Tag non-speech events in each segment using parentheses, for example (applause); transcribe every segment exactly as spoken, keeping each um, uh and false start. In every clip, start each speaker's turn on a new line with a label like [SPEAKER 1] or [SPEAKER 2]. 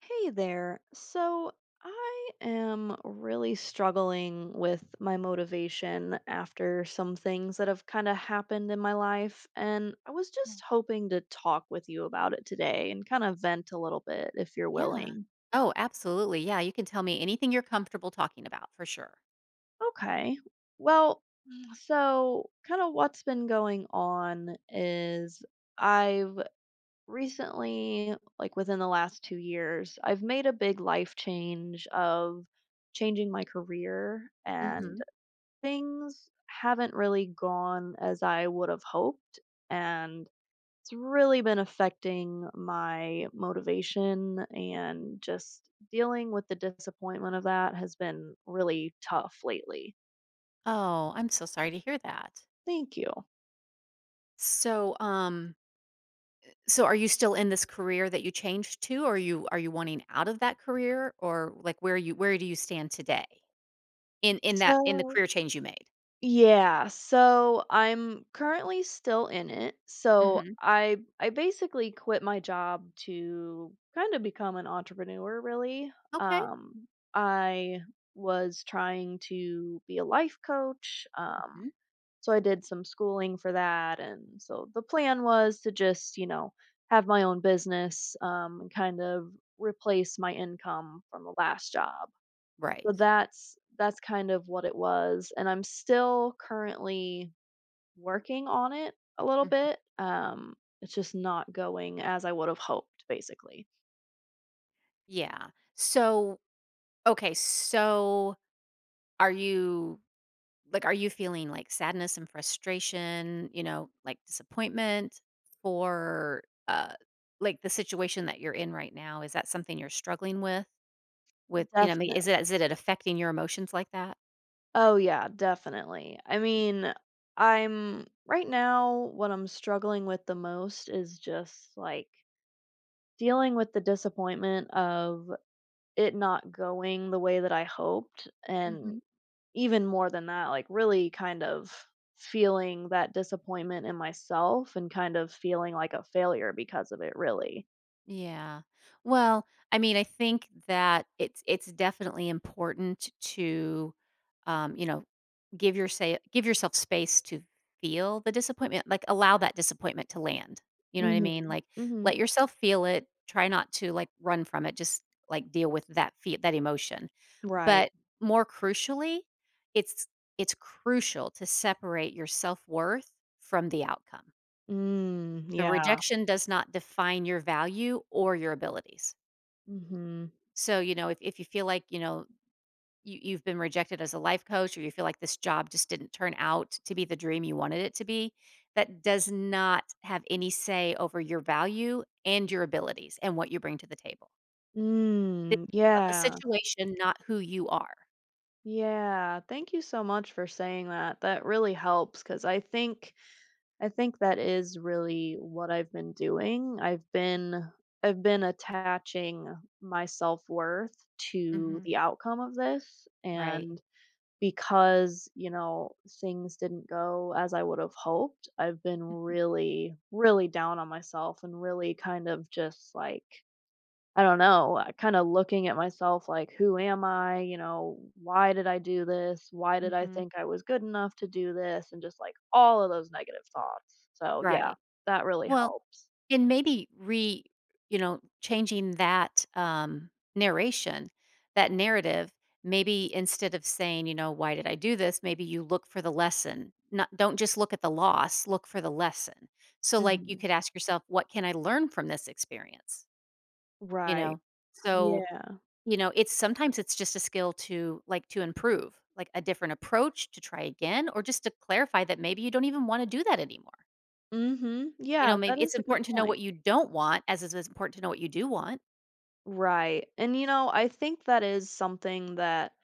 [SPEAKER 1] Hey there. So I am really struggling with my motivation after some things that have kind of happened in my life. And I was
[SPEAKER 2] Mm.
[SPEAKER 1] just hoping to talk with you about it today and kind of vent a little bit if you're
[SPEAKER 2] Yeah.
[SPEAKER 1] willing.
[SPEAKER 2] Oh, absolutely. Yeah, you can tell me anything you're comfortable talking about for sure.
[SPEAKER 1] Okay. Well, so kind of what's been going on is, I've recently, like within the last two years, I've made a big life change of changing my career, and
[SPEAKER 2] Hmm.
[SPEAKER 1] things haven't really gone as I would have hoped. And it's really been affecting my motivation, and just dealing with the disappointment of that has been really tough lately.
[SPEAKER 2] Oh, I'm so sorry to hear that.
[SPEAKER 1] Thank you.
[SPEAKER 2] So, um, so are you still in this career that you changed to, or are you are you wanting out of that career, or like where you where do you stand today in in that in the
[SPEAKER 1] So,
[SPEAKER 2] career change you made?
[SPEAKER 1] Yeah, so I'm currently still in it. So
[SPEAKER 2] Hmm.
[SPEAKER 1] I I basically quit my job to kind of become an entrepreneur really.
[SPEAKER 2] Okay.
[SPEAKER 1] Um I was trying to be a life coach. Um
[SPEAKER 2] Hmm.
[SPEAKER 1] so I did some schooling for that, and so the plan was to just, you know, have my own business um and kind of replace my income from the last job.
[SPEAKER 2] Right.
[SPEAKER 1] So that's that's kind of what it was, and I'm still currently working on it a little
[SPEAKER 2] Mhm.
[SPEAKER 1] bit. Um, it's just not going as I would have hoped, basically.
[SPEAKER 2] Yeah. So, okay, so are you? Like, are you feeling like sadness and frustration, you know, like disappointment for uh like the situation that you're in right now? Is that something you're struggling with? With, you know, I mean, is
[SPEAKER 1] Definitely.
[SPEAKER 2] it is it affecting your emotions like that?
[SPEAKER 1] Oh yeah, definitely. I
[SPEAKER 2] Y-
[SPEAKER 1] mean, I'm right now what I'm struggling with the most is just like dealing with the disappointment of it not going the way that I hoped, and
[SPEAKER 2] Mm-hmm.
[SPEAKER 1] even more than that, like, really kind of feeling that disappointment in myself and kind of feeling like a failure because of it, really.
[SPEAKER 2] Yeah. Well, I mean, I think that it's it's definitely important to, um, you know, give your say give yourself space to feel the disappointment, like allow that disappointment to land. You know what I
[SPEAKER 1] Mhm,
[SPEAKER 2] mean? Like let
[SPEAKER 1] mhm.
[SPEAKER 2] yourself feel it. Try not to like run from it. Just like deal with that feel that emotion.
[SPEAKER 1] Right.
[SPEAKER 2] But more crucially, it's it's crucial to separate your self worth from the outcome.
[SPEAKER 1] Mm,
[SPEAKER 2] The
[SPEAKER 1] yeah.
[SPEAKER 2] rejection does not define your value or your abilities.
[SPEAKER 1] Mhm.
[SPEAKER 2] So, you know, if if you feel like, you know, you, you've been rejected as a life coach or you feel like this job just didn't turn out to be the dream you wanted it to be, that does not have any say over your value and your abilities and what you bring to the table. It's
[SPEAKER 1] Mm,
[SPEAKER 2] about the
[SPEAKER 1] yeah.
[SPEAKER 2] situation, not who you are.
[SPEAKER 1] Yeah, thank you so much for saying that. That really helps because I think I think that is really what I've been doing. I've been I've been attaching my self-worth to
[SPEAKER 2] Hmm.
[SPEAKER 1] the outcome of this,
[SPEAKER 2] Right.
[SPEAKER 1] and because, you know, things didn't go as I would have hoped, I've been really, really down on myself and really kind of just like, I don't know, uh, kind of looking at myself like, who am I? You know, why did I do this? Why did I
[SPEAKER 2] Hmm.
[SPEAKER 1] think I was good enough to do this? And just like all of those negative thoughts. So, yeah,
[SPEAKER 2] Right.
[SPEAKER 1] that really
[SPEAKER 2] Well,
[SPEAKER 1] helps.
[SPEAKER 2] And maybe re you know, changing that, um, narration, that narrative, maybe instead of saying, you know, "Why did I do this?" Maybe you look for the lesson. Not Don't just look at the loss, look for the lesson. So, like, you
[SPEAKER 1] Hmm.
[SPEAKER 2] could ask yourself, "What can I learn from this experience?" You
[SPEAKER 1] Right.
[SPEAKER 2] know? So,
[SPEAKER 1] Yeah.
[SPEAKER 2] you know, it's sometimes it's just a skill to, like, to improve, like, a different approach, to try again, or just to clarify that maybe you don't even wanna do that anymore.
[SPEAKER 1] Mhm.
[SPEAKER 2] You know,
[SPEAKER 1] Yeah, that
[SPEAKER 2] maybe it's
[SPEAKER 1] is a good
[SPEAKER 2] important to know
[SPEAKER 1] point.
[SPEAKER 2] what you don't want as is as important to know what you do want.
[SPEAKER 1] Right. And you know, I think that is something that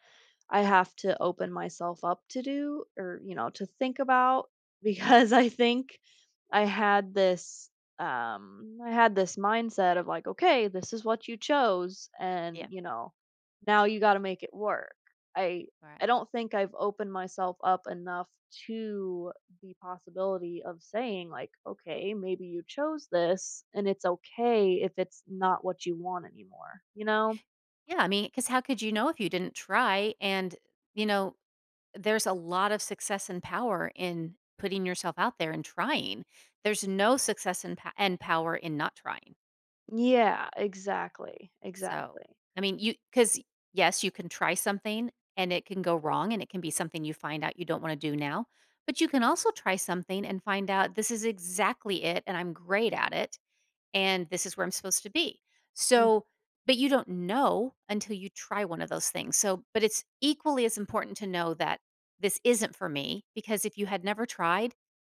[SPEAKER 1] I have to open myself up to do, or, you know, to think about (laughs)
[SPEAKER 2] Mhm.
[SPEAKER 1] because I think I had this um I had this mindset of like, okay, this is what you chose and,
[SPEAKER 2] Yeah,
[SPEAKER 1] you know, now you got to make it work. I
[SPEAKER 2] right.
[SPEAKER 1] I don't think I've opened myself up enough to the possibility of saying like, okay, maybe you chose this and it's okay if it's not what you want anymore, you know?
[SPEAKER 2] Yeah, I mean, because how could you know if you didn't try? And, you know, there's a lot of success and power in putting yourself out there and trying. There's no success and pa and power in not trying.
[SPEAKER 1] Yeah, exactly.
[SPEAKER 2] So,
[SPEAKER 1] Exactly.
[SPEAKER 2] I mean, you because yes, you can try something and it can go wrong and it can be something you find out you don't wanna do now, but you can also try something and find out, "This is exactly it and I'm great at it." And this is where I'm supposed to be. So, but you don't know until you try one of those things. So, but it's equally as important to know that this isn't for me because if you had never tried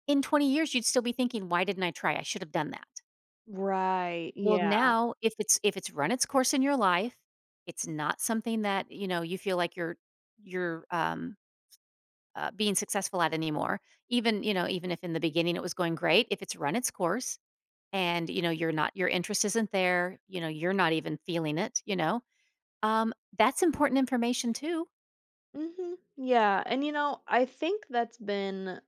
[SPEAKER 2] in twenty years, you'd still be thinking, why didn't I try? I should have done that.
[SPEAKER 1] Right,
[SPEAKER 2] Well,
[SPEAKER 1] yeah.
[SPEAKER 2] now if it's if it's run its course in your life, it's not something that you know you feel like you're you're um, uh, being successful at anymore. Even you know even if in the beginning it was going great, if it's run its course and you know you're not your interest isn't there you know you're not even feeling it you know um that's important information too.
[SPEAKER 1] Mhm. Yeah, and, you know, I think that's been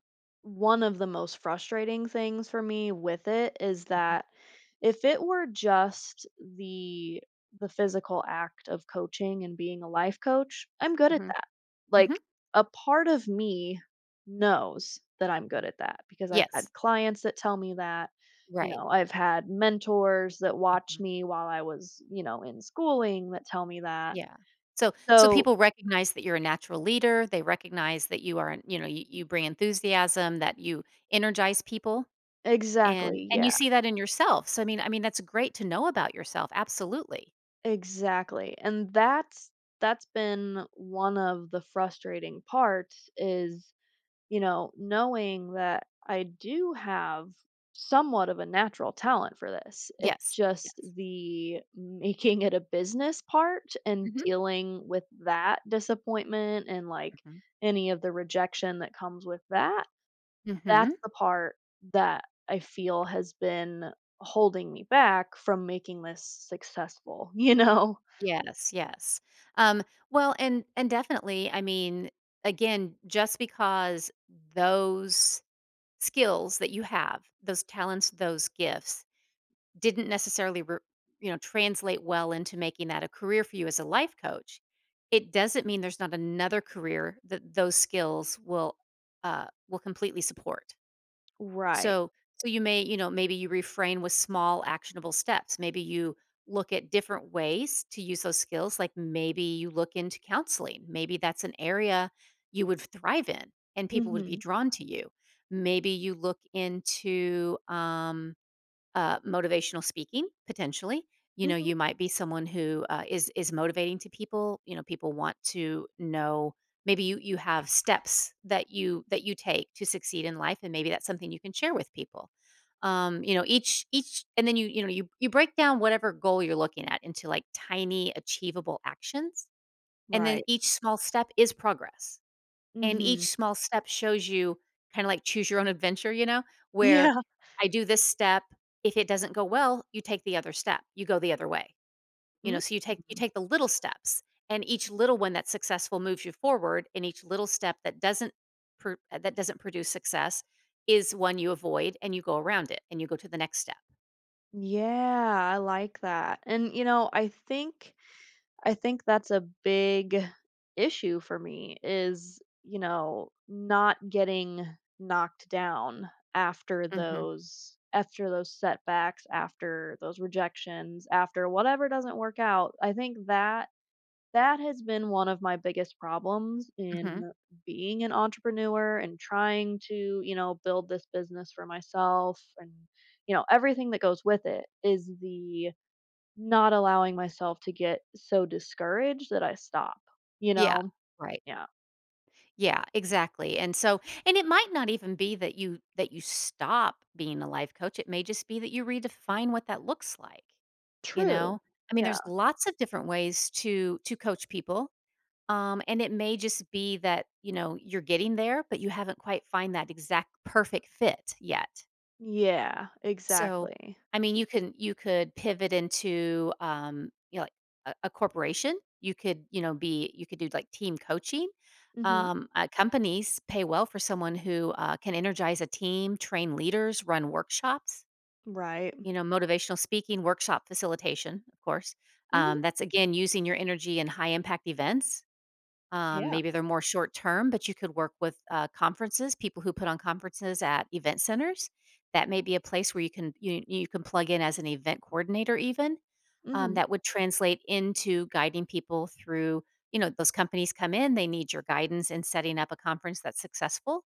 [SPEAKER 1] one of the most frustrating things for me with it is
[SPEAKER 2] Hmm.
[SPEAKER 1] that if it were just the the physical act of coaching and being a life coach, I'm good at that. Like,
[SPEAKER 2] Hmm.
[SPEAKER 1] a part of me knows that I'm good
[SPEAKER 2] Hmm.
[SPEAKER 1] at that because I've
[SPEAKER 2] Yes.
[SPEAKER 1] had clients that tell me that, you
[SPEAKER 2] Right.
[SPEAKER 1] know, I've had mentors that
[SPEAKER 2] Hmm.
[SPEAKER 1] watched me while I was, you know, in schooling that tell me that.
[SPEAKER 2] Yeah. So so
[SPEAKER 1] So
[SPEAKER 2] people recognize that you're a natural leader, they recognize that you are, you know, you, you bring enthusiasm, that you energize people.
[SPEAKER 1] exactly,
[SPEAKER 2] and and
[SPEAKER 1] yeah,
[SPEAKER 2] you see that in yourself, so i mean i mean that's great to know about yourself, absolutely.
[SPEAKER 1] exactly, and that's that's been one of the frustrating parts
[SPEAKER 2] Mhm.
[SPEAKER 1] is, you know, knowing that I do have somewhat of a natural talent for this. It's
[SPEAKER 2] Yes,
[SPEAKER 1] just
[SPEAKER 2] yes.
[SPEAKER 1] the making it a business part and
[SPEAKER 2] Hmm.
[SPEAKER 1] dealing with that disappointment and, like,
[SPEAKER 2] Hmm.
[SPEAKER 1] any of the rejection that comes with that. That's
[SPEAKER 2] Hmm.
[SPEAKER 1] the part that I feel has been holding me back from making this successful, (laughs) you know?
[SPEAKER 2] Yes, yes. Um, well, and and definitely, I mean, again, just because those skills that you have, those talents, those gifts didn't necessarily re- you know translate well into making that a career for you as a life coach, it doesn't mean there's not another career that those skills will uh will completely support.
[SPEAKER 1] Right.
[SPEAKER 2] So so you may, you know, maybe you refrain with small actionable steps. Maybe you look at different ways to use those skills, like maybe you look into counseling. Maybe that's an area you would thrive in and people would be
[SPEAKER 1] Mhm.
[SPEAKER 2] drawn to you. Maybe you look into um uh, motivational speaking, potentially. You know,
[SPEAKER 1] Mhm.
[SPEAKER 2] you might be someone who uh, is is motivating to people. You know, people want to know, maybe you you have steps that you that you take to succeed in life, and maybe that's something you can share with people. Um you know, each each and then you you know you you break down whatever goal you're looking at into like tiny achievable actions, and then
[SPEAKER 1] Right.
[SPEAKER 2] each small step is progress, and each
[SPEAKER 1] Mhm.
[SPEAKER 2] small step shows you, kinda like choose your own adventure, you know, where
[SPEAKER 1] Yeah.
[SPEAKER 2] I do this step, if it doesn't go well, you take the other step, you go the other way, you know,
[SPEAKER 1] Mm.
[SPEAKER 2] so you take you take the little steps, and each little one that's successful moves you forward, and each little step that doesn't pr uh, that doesn't produce success is one you avoid, and you go around it, and you go to the next step.
[SPEAKER 1] Yeah, I like that. And, you know, I think I think that's a big issue for me is, you know, not getting knocked down after
[SPEAKER 2] Mhm,
[SPEAKER 1] those after those setbacks, after those rejections, after whatever doesn't work out. I think that that has been one of my biggest problems
[SPEAKER 2] mhm.
[SPEAKER 1] in being an entrepreneur and trying to, you know, build this business for myself, and you know, everything that goes with it is the not allowing myself to get so discouraged that I stop, you
[SPEAKER 2] Yeah,
[SPEAKER 1] know?
[SPEAKER 2] right.
[SPEAKER 1] Yeah.
[SPEAKER 2] Yeah, exactly. And so and it might not even be that you that you stop being a life coach. It may just be that you redefine what that looks like, you
[SPEAKER 1] True.
[SPEAKER 2] know? I mean,
[SPEAKER 1] Yeah.
[SPEAKER 2] there's lots of different ways to to coach people. Um, and it may just be that, you know, you're getting there, but you haven't quite find that exact perfect fit yet.
[SPEAKER 1] Yeah,
[SPEAKER 2] So,
[SPEAKER 1] exactly.
[SPEAKER 2] I mean, you can you could pivot into, um, you know, like a, a corporation. You could, you know, be you could do like team coaching.
[SPEAKER 1] Mhm.
[SPEAKER 2] Um, uh, companies pay well for someone who uh, can energize a team, train leaders, run workshops.
[SPEAKER 1] Right.
[SPEAKER 2] You know, motivational speaking, workshop facilitation, of course.
[SPEAKER 1] Mhm.
[SPEAKER 2] Um, that's again using your energy in high impact events. Um,
[SPEAKER 1] Yeah.
[SPEAKER 2] maybe they're more short term, but you could work with uh, conferences, people who put on conferences at event centers. That may be a place where you can you, you can plug in as an event coordinator even. Um,
[SPEAKER 1] Mhm.
[SPEAKER 2] that would translate into guiding people through, you know, those companies come in, they need your guidance in setting up a conference that's successful.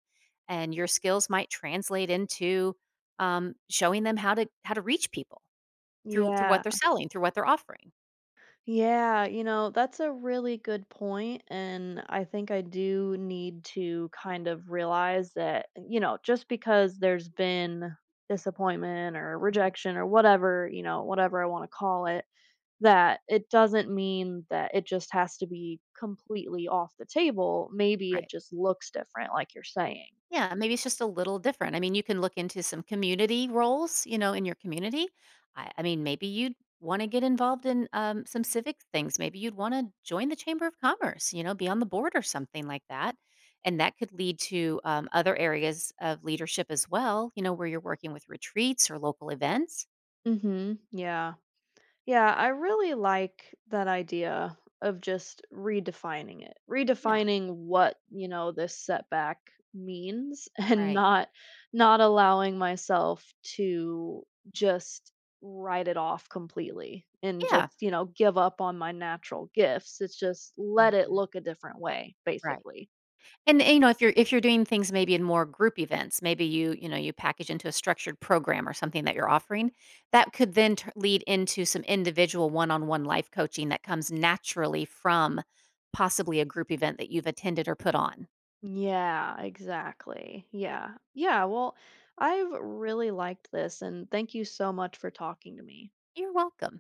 [SPEAKER 2] And your skills might translate into um, showing them how to how to reach people through through
[SPEAKER 1] Yeah.
[SPEAKER 2] what they're selling, through what they're offering.
[SPEAKER 1] Yeah, you know, that's a really good point, and I think I do need to kind of realize that, you know, just because there's been disappointment or
[SPEAKER 2] Mhm.
[SPEAKER 1] rejection or whatever, you know, whatever I wanna call it, that it doesn't mean that it just has to be completely off the table. Maybe it
[SPEAKER 2] Right.
[SPEAKER 1] just looks different, like you're saying.
[SPEAKER 2] Yeah, maybe it's just a little different. I mean, you can look into some community roles, you know, in your community. I, I mean, maybe you'd want to get involved in um, some civic things. Maybe you'd want to join the Chamber of Commerce, you know, be on the board or something like that. And that could lead to um, other areas of leadership as well, you know, where you're working with retreats or local events.
[SPEAKER 1] Mhm, yeah. Yeah, I really like that idea of just redefining it.
[SPEAKER 2] Yeah,
[SPEAKER 1] Redefining what, you know, this setback means, (laughs) and
[SPEAKER 2] right.
[SPEAKER 1] not not allowing myself to just write it off completely and
[SPEAKER 2] Yeah,
[SPEAKER 1] just, you know, give up on my natural gifts. It's just let it
[SPEAKER 2] hmm,
[SPEAKER 1] look a different way,
[SPEAKER 2] right.
[SPEAKER 1] basically.
[SPEAKER 2] And, eh, you know, if you're if you're doing things maybe in more group events, maybe you you know you package into a structured program or something that you're offering, that could then t- lead into some individual one-on-one life coaching that comes naturally from possibly a group event that you've attended or put on.
[SPEAKER 1] Yeah, exactly. Yeah. Yeah. Well, I've really liked this and thank you so much for talking to me.
[SPEAKER 2] You're welcome.